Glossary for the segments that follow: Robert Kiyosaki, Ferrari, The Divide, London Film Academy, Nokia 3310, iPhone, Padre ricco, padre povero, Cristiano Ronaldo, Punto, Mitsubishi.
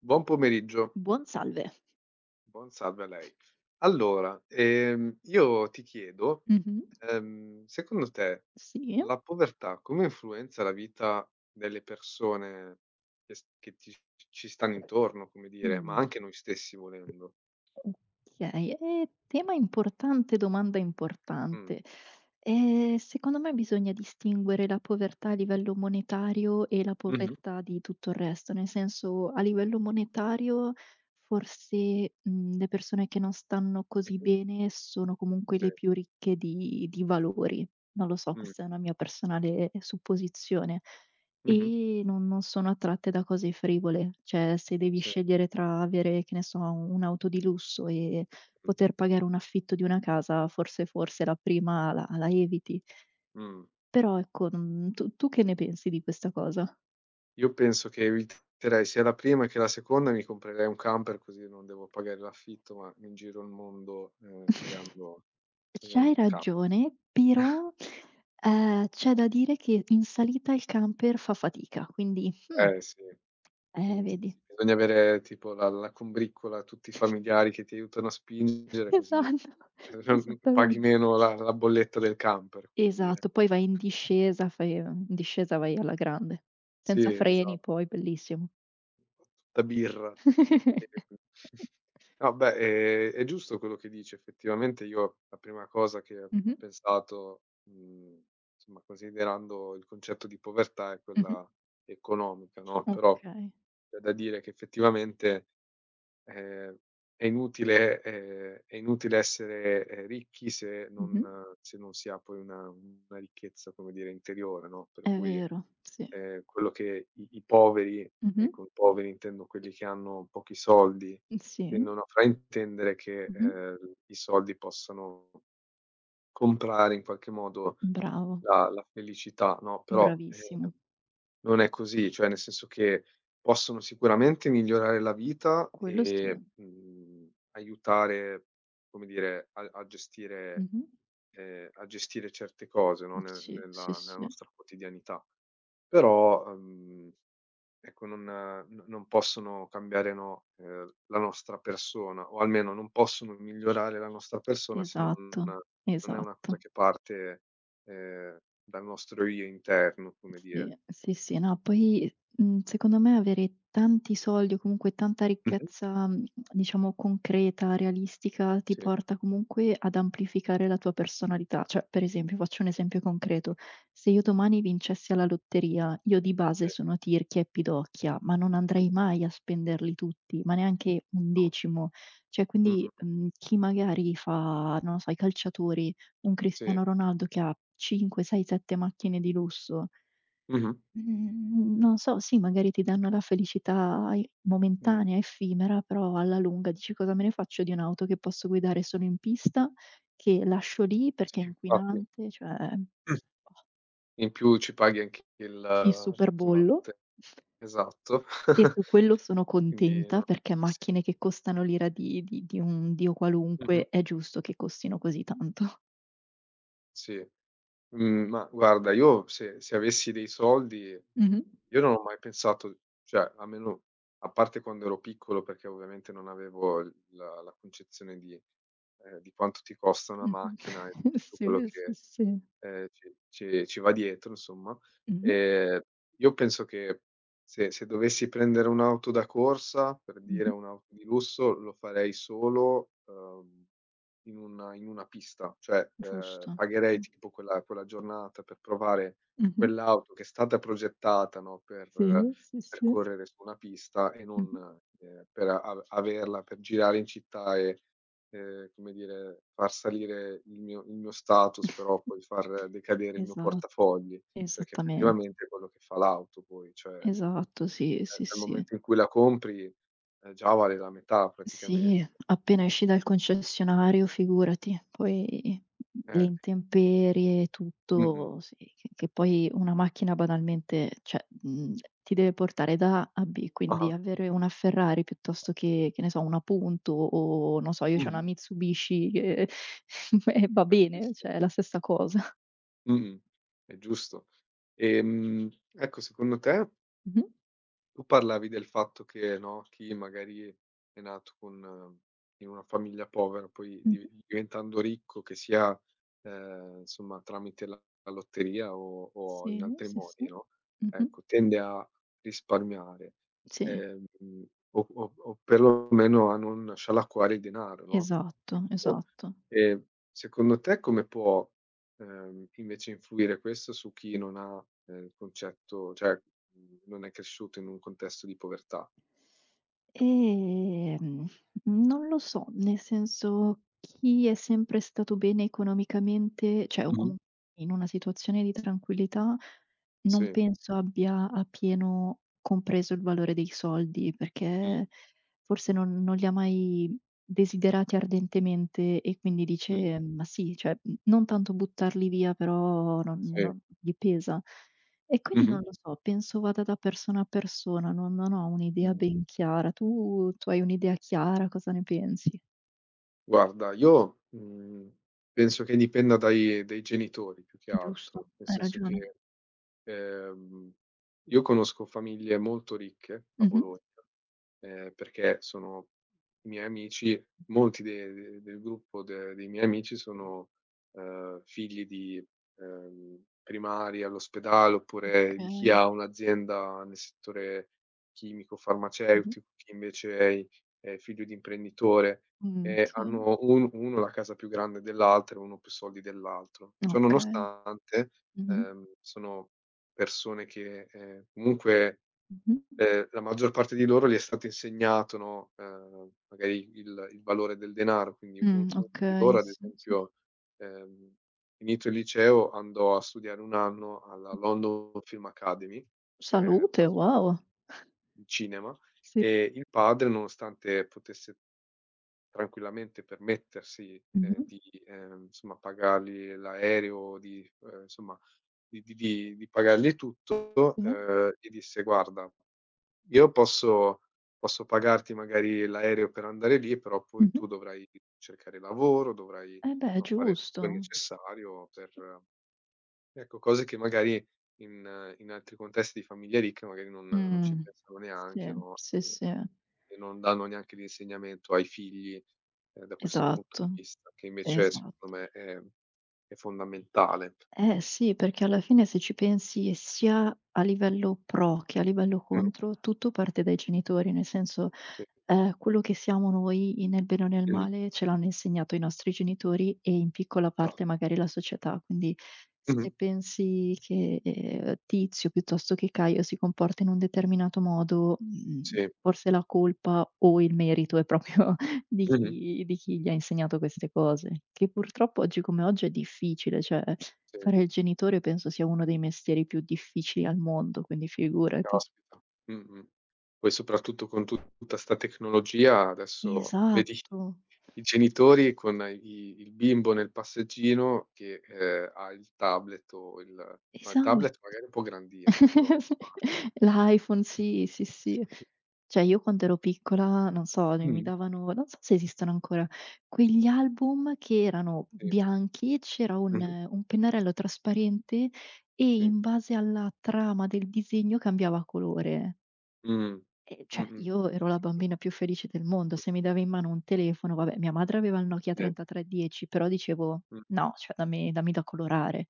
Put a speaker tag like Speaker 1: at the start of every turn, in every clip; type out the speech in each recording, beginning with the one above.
Speaker 1: Buon pomeriggio,
Speaker 2: Buon salve.
Speaker 1: buon salve a lei. Allora, io ti chiedo,
Speaker 2: Mh-mh.
Speaker 1: secondo te
Speaker 2: Sì.
Speaker 1: la povertà come influenza la vita delle persone che ti ci stanno intorno, come dire, ma
Speaker 2: Mh.
Speaker 1: anche noi stessi volendo?
Speaker 2: Okay, tema importante, domanda
Speaker 1: Mh.
Speaker 2: importante. Secondo me bisogna distinguere la povertà a livello monetario e la
Speaker 1: Mh-mh.
Speaker 2: povertà di tutto il resto, nel senso a livello
Speaker 1: Giusto.
Speaker 2: monetario forse, le persone che non stanno così
Speaker 1: Mh-mh.
Speaker 2: bene sono comunque
Speaker 1: Sì.
Speaker 2: le più ricche di valori. Non lo so,
Speaker 1: Mh.
Speaker 2: questa è una mia personale supposizione.
Speaker 1: Mh-mh.
Speaker 2: E non sono attratte da cose frivole, cioè se devi
Speaker 1: Sì.
Speaker 2: scegliere tra avere, che ne so, un'auto di lusso e
Speaker 1: Mh.
Speaker 2: poter pagare un affitto di una casa, forse la prima la eviti.
Speaker 1: Mh.
Speaker 2: Però ecco, tu che ne pensi di questa cosa?
Speaker 1: Io penso che eviterei sia la prima che la seconda, e mi comprerei un camper così non devo pagare l'affitto, ma mi giro il mondo, pagando
Speaker 2: C'hai
Speaker 1: il camper.
Speaker 2: ragione, però, c'è da dire che in salita il camper fa fatica, quindi
Speaker 1: Eh sì,
Speaker 2: eh,
Speaker 1: quindi
Speaker 2: vedi.
Speaker 1: sì, bisogna avere tipo la combriccola, tutti i familiari che ti aiutano a spingere così,
Speaker 2: Esatto,
Speaker 1: paghi
Speaker 2: esattamen
Speaker 1: meno la bolletta del camper, come dire.
Speaker 2: Esatto, poi vai in discesa, fai in discesa vai alla grande.
Speaker 1: Sì,
Speaker 2: Senza
Speaker 1: esa
Speaker 2: freni poi, bellissimo.
Speaker 1: fa tutta birra. Ehm, no beh, è giusto quello che dici. Effettivamente io la prima cosa che ho
Speaker 2: Mh-mh,
Speaker 1: pensato, mhmm, insomma considerando il concetto di povertà, è
Speaker 2: mh-mh.
Speaker 1: quella economica, no, però
Speaker 2: Okay.
Speaker 1: c'è da dire che effettivamente, ehm, è inutile essere, ricchi se
Speaker 2: Mh-mh.
Speaker 1: non si ha poi una ricchezza, come dire, interiore, no, per
Speaker 2: È
Speaker 1: cui
Speaker 2: vero, sì.
Speaker 1: quello che i poveri, e
Speaker 2: Mh-mh.
Speaker 1: con poveri intendo quelli che hanno pochi soldi,
Speaker 2: Sì.
Speaker 1: tendono a fraintendere che,
Speaker 2: Mh-mh.
Speaker 1: i soldi possano comprare in qualche modo
Speaker 2: Bravo,
Speaker 1: la felicità, no, però,
Speaker 2: bravissimo.
Speaker 1: non è così. Cioè, nel senso che possono sicuramente migliorare la vita
Speaker 2: Quello sì.
Speaker 1: e, aiutare, come dire,
Speaker 2: Mh-mh.
Speaker 1: a gestire certe cose, no, nel
Speaker 2: Sì, sì,
Speaker 1: nella nella
Speaker 2: sì.
Speaker 1: nostra quotidianità. Però, ecco, non possono cambiare, no, la nostra persona, o almeno non possono migliorare la nostra persona se non
Speaker 2: Esatto,
Speaker 1: non è una cosa
Speaker 2: esatto.
Speaker 1: che parte, ehm, dal nostro io interno, come dire.
Speaker 2: Sì, sì, sì, no, poi, secondo me avere tanti soldi o comunque tanta
Speaker 1: Mh-mh.
Speaker 2: ricchezza, diciamo concreta, realistica, ti
Speaker 1: Sì.
Speaker 2: porta comunque ad amplificare la tua personalità. Cioè, per esempio, faccio un
Speaker 1: Mh-mh.
Speaker 2: esempio concreto: se io domani vincessi alla lotteria, io di base
Speaker 1: Sì.
Speaker 2: sono tirchia e pidocchia, ma non
Speaker 1: Mh,
Speaker 2: andrei mai a spenderli tutti, ma neanche un
Speaker 1: no.
Speaker 2: decimo. Cioè, quindi,
Speaker 1: Mh-mh.
Speaker 2: chi magari fa, non lo so, i calciatori, un
Speaker 1: Sì.
Speaker 2: Cristiano Ronaldo che ha 5, 6, 7 macchine di lusso.
Speaker 1: Mh-mh.
Speaker 2: Mhmm, Non so, sì, magari ti danno la felicità i
Speaker 1: Mh.
Speaker 2: momentanea, effimera, però alla lunga dici: "Cosa me ne faccio di un'auto che posso guidare solo in pista, che lascio lì perché
Speaker 1: Sì,
Speaker 2: è
Speaker 1: infatti.
Speaker 2: inquinante?" Cioè, boh,
Speaker 1: In più ci paghi anche
Speaker 2: il
Speaker 1: il, insomma,
Speaker 2: superbollo,
Speaker 1: te, esatto.
Speaker 2: e su quello sono
Speaker 1: Quindi non
Speaker 2: contenta
Speaker 1: ha
Speaker 2: perché macchine
Speaker 1: senso.
Speaker 2: che costano l'ira di un dio
Speaker 1: Mh-mh.
Speaker 2: qualunque è giusto che costino così tanto.
Speaker 1: Sì. Ma guarda, io se avessi dei soldi,
Speaker 2: Mh-mh,
Speaker 1: io non ho mai pensato, cioè almeno a parte quando ero piccolo, perché ovviamente non avevo il la concezione di di quanto ti costa una
Speaker 2: mh-mh.
Speaker 1: macchina e di tutto
Speaker 2: Sì,
Speaker 1: quello
Speaker 2: sì,
Speaker 1: che
Speaker 2: sì.
Speaker 1: Ci va dietro, insomma.
Speaker 2: Mh-mh,
Speaker 1: Ehm, io penso che se dovessi prendere un'auto da corsa, per dire
Speaker 2: mh-mh.
Speaker 1: un'auto di lusso, lo farei solo, in una pista. Cioè,
Speaker 2: Giusto.
Speaker 1: pagherei
Speaker 2: Mh.
Speaker 1: tipo quella giornata per provare
Speaker 2: Mh-mh.
Speaker 1: quell'auto che è stata progettata, no,
Speaker 2: Sì, sì,
Speaker 1: per
Speaker 2: sì.
Speaker 1: correre su una pista e non,
Speaker 2: Mh-mh.
Speaker 1: per a averla per girare in città e come dire, far salire il mio status, però poi far decadere il mio
Speaker 2: Esat
Speaker 1: portafogli, perché
Speaker 2: esattamente.
Speaker 1: effettivamente è quello che fa l'auto poi. Cioè,
Speaker 2: Esatto, sì,
Speaker 1: da
Speaker 2: sì,
Speaker 1: dal
Speaker 2: sì.
Speaker 1: momento in cui la compri, già vale la metà
Speaker 2: Sì,
Speaker 1: praticamente.
Speaker 2: appena esci dal concessionario figurati, poi le
Speaker 1: Eh.
Speaker 2: intemperie e
Speaker 1: Mh-mh.
Speaker 2: tutto, sì, che poi una macchina banalmente, cioè, ti deve portare da A a B, quindi
Speaker 1: Ah-ah.
Speaker 2: avere una Ferrari piuttosto che ne so, una Punto o non so, io c'ho
Speaker 1: Mh-mh.
Speaker 2: una Mitsubishi che e va bene,
Speaker 1: Bravissimo.
Speaker 2: cioè è la stessa cosa.
Speaker 1: Mh-mh. È giusto. Ecco, secondo te,
Speaker 2: Mh-mh.
Speaker 1: tu parlavi del fatto che, no, chi magari è nato con in una famiglia povera, poi
Speaker 2: Mh.
Speaker 1: diventando ricco, che sia, insomma tramite la lotteria o in
Speaker 2: Sì,
Speaker 1: altri
Speaker 2: sì, sì.
Speaker 1: modi, no,
Speaker 2: Mh-mh.
Speaker 1: ecco, tende a risparmiare,
Speaker 2: Sì,
Speaker 1: ehm, o o perlomeno a non scialacquare il denaro, no?
Speaker 2: esatto,
Speaker 1: Ecco,
Speaker 2: esatto.
Speaker 1: ehm, secondo te come può, invece influire questo su chi non ha, il concetto, cioè, non è cresciuto in un contesto di povertà?
Speaker 2: Ehm, Non lo so, nel senso, chi è sempre stato bene economicamente, cioè o
Speaker 1: Mh-mh.
Speaker 2: comunque in una situazione di tranquillità, non
Speaker 1: Sì.
Speaker 2: penso abbia appieno compreso il valore dei soldi,
Speaker 1: Mh,
Speaker 2: perché forse non li ha mai desiderati ardentemente e quindi
Speaker 1: mh.
Speaker 2: dice: "Ma sì, cioè, non tanto buttarli via, però non
Speaker 1: Sì.
Speaker 2: non" gli pesa. E quindi non
Speaker 1: Mh-mh.
Speaker 2: lo so, penso vada da persona a persona, non ho un'idea
Speaker 1: Mh.
Speaker 2: ben chiara. Tu hai un'idea chiara? Cosa ne pensi?
Speaker 1: Guarda, io, penso che dipenda dai genitori più che
Speaker 2: Giusto,
Speaker 1: altro, nel
Speaker 2: hai
Speaker 1: senso
Speaker 2: ragione.
Speaker 1: che, ehm, io conosco famiglie molto ricche a
Speaker 2: Mh-mh.
Speaker 1: Bologna. Perché sono i miei amici, molti de de del gruppo de dei miei amici sono, figli di, primari all'ospedale, oppure di chi
Speaker 2: Okay.
Speaker 1: ha un'azienda nel settore
Speaker 2: Mh-mh.
Speaker 1: chimico-farmaceutico, chi invece è figlio di imprenditore, e
Speaker 2: Sì.
Speaker 1: hanno un uno la casa più grande dell'altro e uno più soldi dell'altro. Ciò
Speaker 2: Okay.
Speaker 1: nonostante,
Speaker 2: Mh-mh.
Speaker 1: sono persone che, comunque.
Speaker 2: Mh-mh.
Speaker 1: La maggior parte di loro gli è stato insegnato, no, magari il valore del denaro. Quindi u uno di
Speaker 2: Okay,
Speaker 1: loro ad
Speaker 2: sì, sì.
Speaker 1: esempio, ehm, finito il liceo andò a studiare 1 anno alla London Film Academy, perché è
Speaker 2: Salute,
Speaker 1: appassionato
Speaker 2: wow.
Speaker 1: di cinema,
Speaker 2: Sì.
Speaker 1: e il padre nonostante potesse tranquillamente permettersi,
Speaker 2: Mh-mh.
Speaker 1: di, insomma pagargli l'aereo, di, insomma di pagargli tutto,
Speaker 2: Sì.
Speaker 1: gli disse: "Guarda, io posso pagarti magari l'aereo per andare lì, però poi
Speaker 2: Mh-mh.
Speaker 1: tu dovrai cercare lavoro, dovrai,
Speaker 2: Eh beh, è
Speaker 1: no, fare tutto il
Speaker 2: giusto.
Speaker 1: necessario per ecco, cose che magari in altri contesti di famiglie ricche magari non ci
Speaker 2: Mh.
Speaker 1: pensano
Speaker 2: Sì,
Speaker 1: neanche, no,
Speaker 2: sì,
Speaker 1: e
Speaker 2: sì.
Speaker 1: non danno neanche l'insegnamento ai figli, da questo punto
Speaker 2: Esatto,
Speaker 1: di vista, che invece
Speaker 2: esatto.
Speaker 1: secondo me è fondamentale."
Speaker 2: Eh sì, perché alla fine se ci pensi sia a livello pro che a livello
Speaker 1: Mh,
Speaker 2: contro, tutto parte dai genitori, nel senso,
Speaker 1: sì.
Speaker 2: quello che siamo noi i nel bene o nel
Speaker 1: Mh-mh,
Speaker 2: male ce l'hanno insegnato i nostri genitori e in piccola
Speaker 1: esa
Speaker 2: parte magari la società. Quindi se
Speaker 1: mh-mh,
Speaker 2: pensi che, Tizio piuttosto che Caio si comporta in un determinato modo,
Speaker 1: sì.
Speaker 2: forse la colpa o il merito è proprio di
Speaker 1: Mh-mh,
Speaker 2: chi di chi gli ha insegnato queste cose, che purtroppo oggi come oggi è difficile, cioè.
Speaker 1: sì.
Speaker 2: Fare il genitore penso sia uno dei mestieri più difficili al mondo, quindi figurati.
Speaker 1: Caspita. Mh-mh. Poi soprattutto con tu tutta 'sta tecnologia adesso, vedi,
Speaker 2: Esatto,
Speaker 1: i genitori con i il bimbo nel passeggino che, ha il tablet o il, no, il
Speaker 2: esat
Speaker 1: tablet magari è un po' grandino, però lo smartphone.
Speaker 2: L'iPhone, sì, sì, sì.
Speaker 1: Sì.
Speaker 2: Cioè io quando ero piccola, non so, mi
Speaker 1: Mh.
Speaker 2: davano, non so se esistono ancora, quegli album che erano
Speaker 1: Sì.
Speaker 2: bianchi, c'era un
Speaker 1: Mh-mh.
Speaker 2: un pennarello trasparente e
Speaker 1: Sì.
Speaker 2: in base alla trama del disegno cambiava colore.
Speaker 1: Mh.
Speaker 2: E cioè,
Speaker 1: Mh-mh.
Speaker 2: io ero la bambina più felice del mondo, se mi dava in mano un telefono, vabbè, mia madre aveva il Nokia
Speaker 1: Sì.
Speaker 2: 3310, però dicevo:
Speaker 1: Mh.
Speaker 2: "No, cioè dammi dammi da colorare."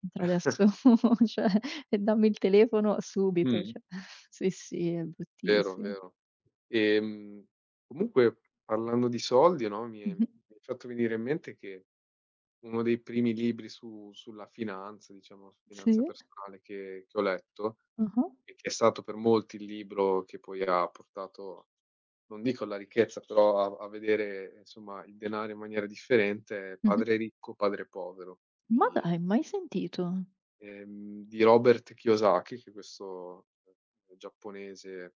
Speaker 2: Mentre adesso, cioè, e dammi il telefono subito,
Speaker 1: Mh.
Speaker 2: cioè, sì, sì, è
Speaker 1: Vero,
Speaker 2: bruttissimo.
Speaker 1: vero. Ehm, comunque parlando di soldi, no,
Speaker 2: Mh-mh.
Speaker 1: mi hai fatto venire in mente che uno dei primi libri su sulla finanza, diciamo, su finanza
Speaker 2: Sì.
Speaker 1: personale che ho letto
Speaker 2: Ah-ah.
Speaker 1: e che è stato per molti il libro che poi ha portato, non dico alla ricchezza, però a vedere, insomma, il denaro in maniera differente, è
Speaker 2: Mh-mh.
Speaker 1: Padre ricco, padre povero
Speaker 2: Ma
Speaker 1: di
Speaker 2: dai, mai sentito.
Speaker 1: di Robert Kiyosaki, che è questo, giapponese,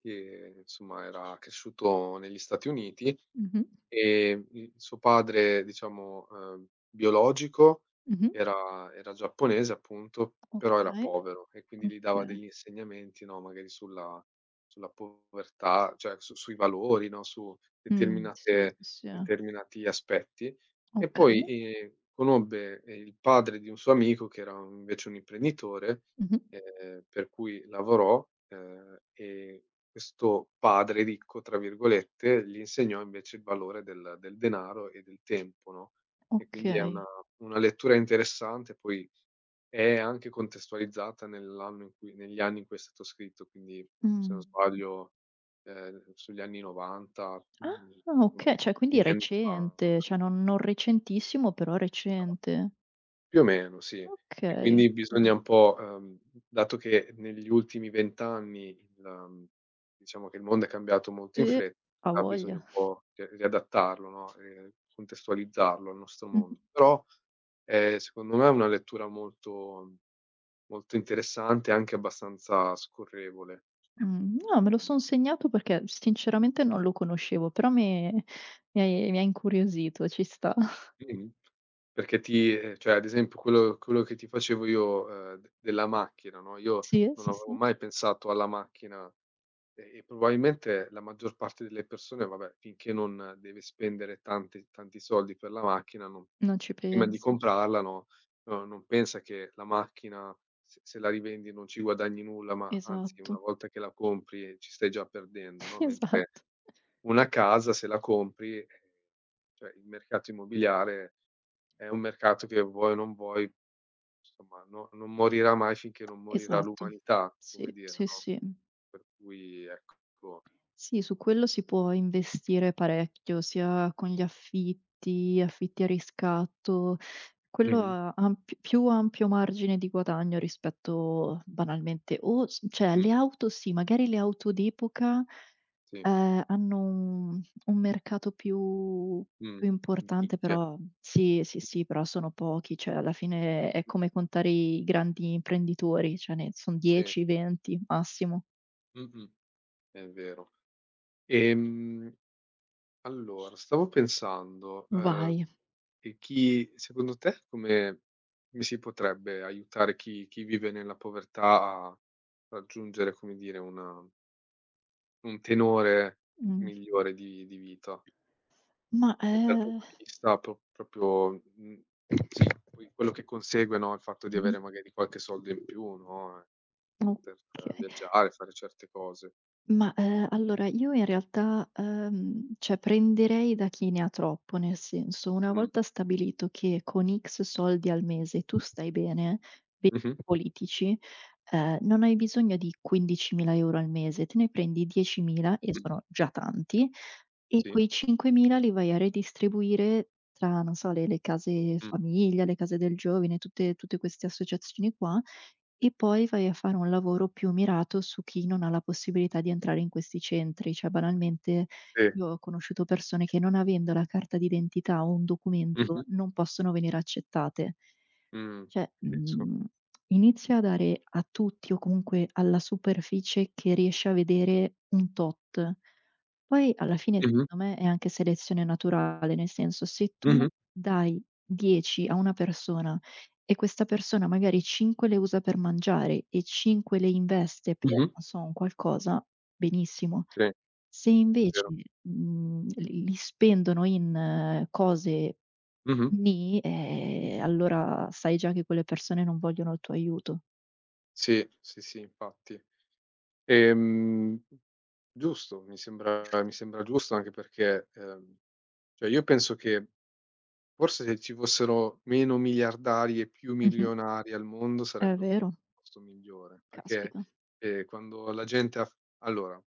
Speaker 1: che, insomma, era cresciuto negli Stati Uniti.
Speaker 2: Mh-mh.
Speaker 1: Il suo padre, diciamo, biologico
Speaker 2: Mh-mh.
Speaker 1: era giapponese appunto, però era
Speaker 2: Okay,
Speaker 1: povero e quindi gli dava
Speaker 2: okay.
Speaker 1: degli insegnamenti, no, magari sulla povertà, cioè su sui valori, no, su
Speaker 2: Sì,
Speaker 1: determinate
Speaker 2: sì, sì.
Speaker 1: determinati aspetti. E
Speaker 2: Okay.
Speaker 1: poi, conobbe, il padre di un suo amico che era invece un imprenditore,
Speaker 2: Mh-mh.
Speaker 1: per cui lavorò, e questo "padre ricco", tra virgolette, gli insegnò invece il valore del denaro e del tempo, no, e quindi è
Speaker 2: Okay.
Speaker 1: una lettura interessante. Poi è anche contestualizzata nell'anno in cui, negli anni in cui è stato scritto. Quindi se
Speaker 2: Mh.
Speaker 1: non sbaglio, sugli anni '90,
Speaker 2: Ah,
Speaker 1: insomma,
Speaker 2: okay, cioè
Speaker 1: fine
Speaker 2: quindi
Speaker 1: anni '90,
Speaker 2: recente, cioè non recentissimo, però
Speaker 1: esa
Speaker 2: recente.
Speaker 1: più o meno sì. E
Speaker 2: Okay,
Speaker 1: quindi
Speaker 2: okay.
Speaker 1: bisogna un po', dato che negli ultimi 20 anni diciamo che il mondo è cambiato molto in
Speaker 2: Eh,
Speaker 1: fretta,
Speaker 2: a
Speaker 1: ah, bisogna un
Speaker 2: voglia.
Speaker 1: po' ri riadattarlo, no, contestualizzarlo al nostro
Speaker 2: Mh-mh.
Speaker 1: mondo. Però, secondo me è una lettura molto molto interessante, e anche abbastanza scorrevole.
Speaker 2: No, me lo son segnato perché sinceramente non lo conoscevo, però mi ha incuriosito, ci sta.
Speaker 1: Mh-mh. Perché ti, cioè ad esempio quello che ti facevo io, d della macchina, no, io
Speaker 2: Sì,
Speaker 1: non
Speaker 2: sì,
Speaker 1: avevo
Speaker 2: sì,
Speaker 1: mai pensato alla macchina. E probabilmente la maggior parte delle persone, vabbè, finché non deve spendere tanti tanti soldi per la macchina, non
Speaker 2: non ci
Speaker 1: prima di
Speaker 2: pensa.
Speaker 1: comprarla, no, no non pensa che la macchina se la rivendi non ci guadagni nulla, ma anzi una
Speaker 2: Esatto,
Speaker 1: volta che la compri, ci stai già perdendo, no, mentre
Speaker 2: esatto,
Speaker 1: una casa se la compri, cioè il mercato immobiliare è un mercato che vuoi o non vuoi, insomma no, non morirà mai finché non morirà
Speaker 2: esatto.
Speaker 1: l'umanità, come
Speaker 2: Sì,
Speaker 1: dire,
Speaker 2: sì,
Speaker 1: no,
Speaker 2: sì.
Speaker 1: per cui ecco.
Speaker 2: Sì, su quello si può investire parecchio, sia con gli affitti, affitti a riscatto. Quello
Speaker 1: Mh-mh.
Speaker 2: ha ampi più ampio margine di guadagno rispetto banalmente o s cioè le
Speaker 1: Mh,
Speaker 2: auto sì, magari le auto d'epoca,
Speaker 1: sì,
Speaker 2: hanno un mercato più
Speaker 1: mh,
Speaker 2: più
Speaker 1: di
Speaker 2: importante,
Speaker 1: nicchia.
Speaker 2: però sì, sì, sì, però sono pochi, cioè alla fine è come contare i grandi imprenditori, cioè ne son
Speaker 1: Sì,
Speaker 2: 10, 20 massimo.
Speaker 1: mh-mh, è vero. Ehm, allora stavo pensando,
Speaker 2: Vai.
Speaker 1: e chi secondo te come si potrebbe aiutare chi vive nella povertà a raggiungere, come dire, una un tenore
Speaker 2: Mh.
Speaker 1: migliore di vita?
Speaker 2: Ma,
Speaker 1: E dal punto di vista proprio, mhmm, sì, poi quello che consegue, no, il fatto di
Speaker 2: Mh-mh.
Speaker 1: avere magari qualche soldo in più, no, e poter,
Speaker 2: Okay.
Speaker 1: viaggiare, fare certe cose.
Speaker 2: Ma, allora io in realtà, cioè prenderei da chi ne ha troppo, nel senso, una
Speaker 1: Mh.
Speaker 2: volta stabilito che con X soldi al mese tu stai bene, be
Speaker 1: Mh-mh.
Speaker 2: politici, non hai bisogno di 15.000 € al mese, te ne prendi 10.000 e
Speaker 1: Mh-mh.
Speaker 2: sono già tanti. E
Speaker 1: Sì.
Speaker 2: quei 5.000 li vai a redistribuire tra, non so, le case
Speaker 1: Mh.
Speaker 2: famiglia, le case del giovane, tutte queste associazioni qua, e poi vai a fare un lavoro più mirato su chi non ha la possibilità di entrare in questi centri. Cioè, banalmente,
Speaker 1: Sì.
Speaker 2: io ho conosciuto persone che, non avendo la carta d'identità o un documento,
Speaker 1: Mh-mh.
Speaker 2: non possono venire accettate.
Speaker 1: Mh.
Speaker 2: Cioè,
Speaker 1: Capisco.
Speaker 2: inizia a dare a tutti o comunque alla superficie che riesce a vedere un tot. Poi alla fine,
Speaker 1: Mh-mh.
Speaker 2: secondo me, è anche selezione naturale, nel senso se tu
Speaker 1: Mh-mh.
Speaker 2: dai 10 a una persona e questa persona magari 5 le usa per mangiare e 5 le investe per,
Speaker 1: Mh-mh.
Speaker 2: non so, un qualcosa, benissimo.
Speaker 1: Sì, è
Speaker 2: Se invece,
Speaker 1: vero.
Speaker 2: li spendono in cose.
Speaker 1: Mh-mh.
Speaker 2: Nì, allora sai già che quelle persone non vogliono il tuo aiuto.
Speaker 1: Sì, sì, sì, infatti. Ehm, giusto, mi sembra giusto anche perché, cioè io penso che forse se ci fossero meno miliardari e più
Speaker 2: Mh-mh.
Speaker 1: milionari al mondo
Speaker 2: È
Speaker 1: sarebbe un
Speaker 2: vero,
Speaker 1: posto migliore, perché,
Speaker 2: caspita.
Speaker 1: quando la gente ha, f allora,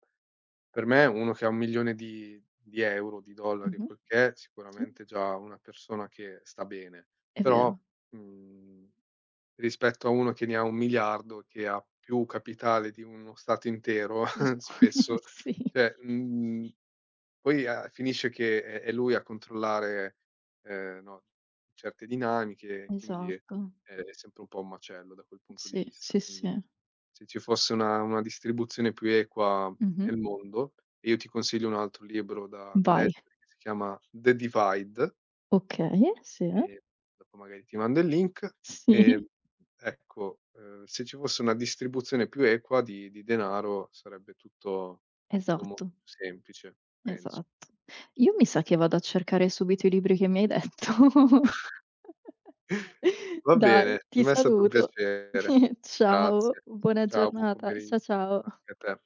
Speaker 1: per me uno che ha 1.000.000 di euro, di dollari o
Speaker 2: Mh-mh.
Speaker 1: quel che è,
Speaker 2: Sì,
Speaker 1: sicuramente già una persona che sta bene,
Speaker 2: è
Speaker 1: però,
Speaker 2: vero.
Speaker 1: mhmm, rispetto a uno che ne ha 1.000.000.000, che ha più capitale di uno stato intero
Speaker 2: Es
Speaker 1: spesso,
Speaker 2: sì.
Speaker 1: cioè, mhmm poi, finisce che è lui a controllare, no, certe dinamiche, quindi,
Speaker 2: Esatto.
Speaker 1: è sempre un po' un macello da quel punto di
Speaker 2: Sì,
Speaker 1: vista.
Speaker 2: sì,
Speaker 1: Quindi,
Speaker 2: sì.
Speaker 1: se ci fosse una distribuzione più equa
Speaker 2: Mh-mh.
Speaker 1: nel mondo, e io ti consiglio un altro libro da
Speaker 2: Vai.
Speaker 1: leggere che si chiama The Divide,
Speaker 2: Okay, sì, eh?
Speaker 1: e dopo magari ti mando il link, ehm,
Speaker 2: Sì,
Speaker 1: ecco, se ci fosse una distribuzione più equa di denaro sarebbe tutto molto
Speaker 2: esatto,
Speaker 1: più semplice, penso.
Speaker 2: esatto. Io mi sa che vado a cercare subito i libri che mi hai detto.
Speaker 1: Va bene,
Speaker 2: Dai,
Speaker 1: per
Speaker 2: ti
Speaker 1: me è stato un
Speaker 2: saluto.
Speaker 1: piacere.
Speaker 2: Ciao,
Speaker 1: Grazie.
Speaker 2: buona
Speaker 1: Ciao, buon
Speaker 2: giornata. Cia
Speaker 1: pomeriggio.
Speaker 2: ciao.
Speaker 1: Anche a te.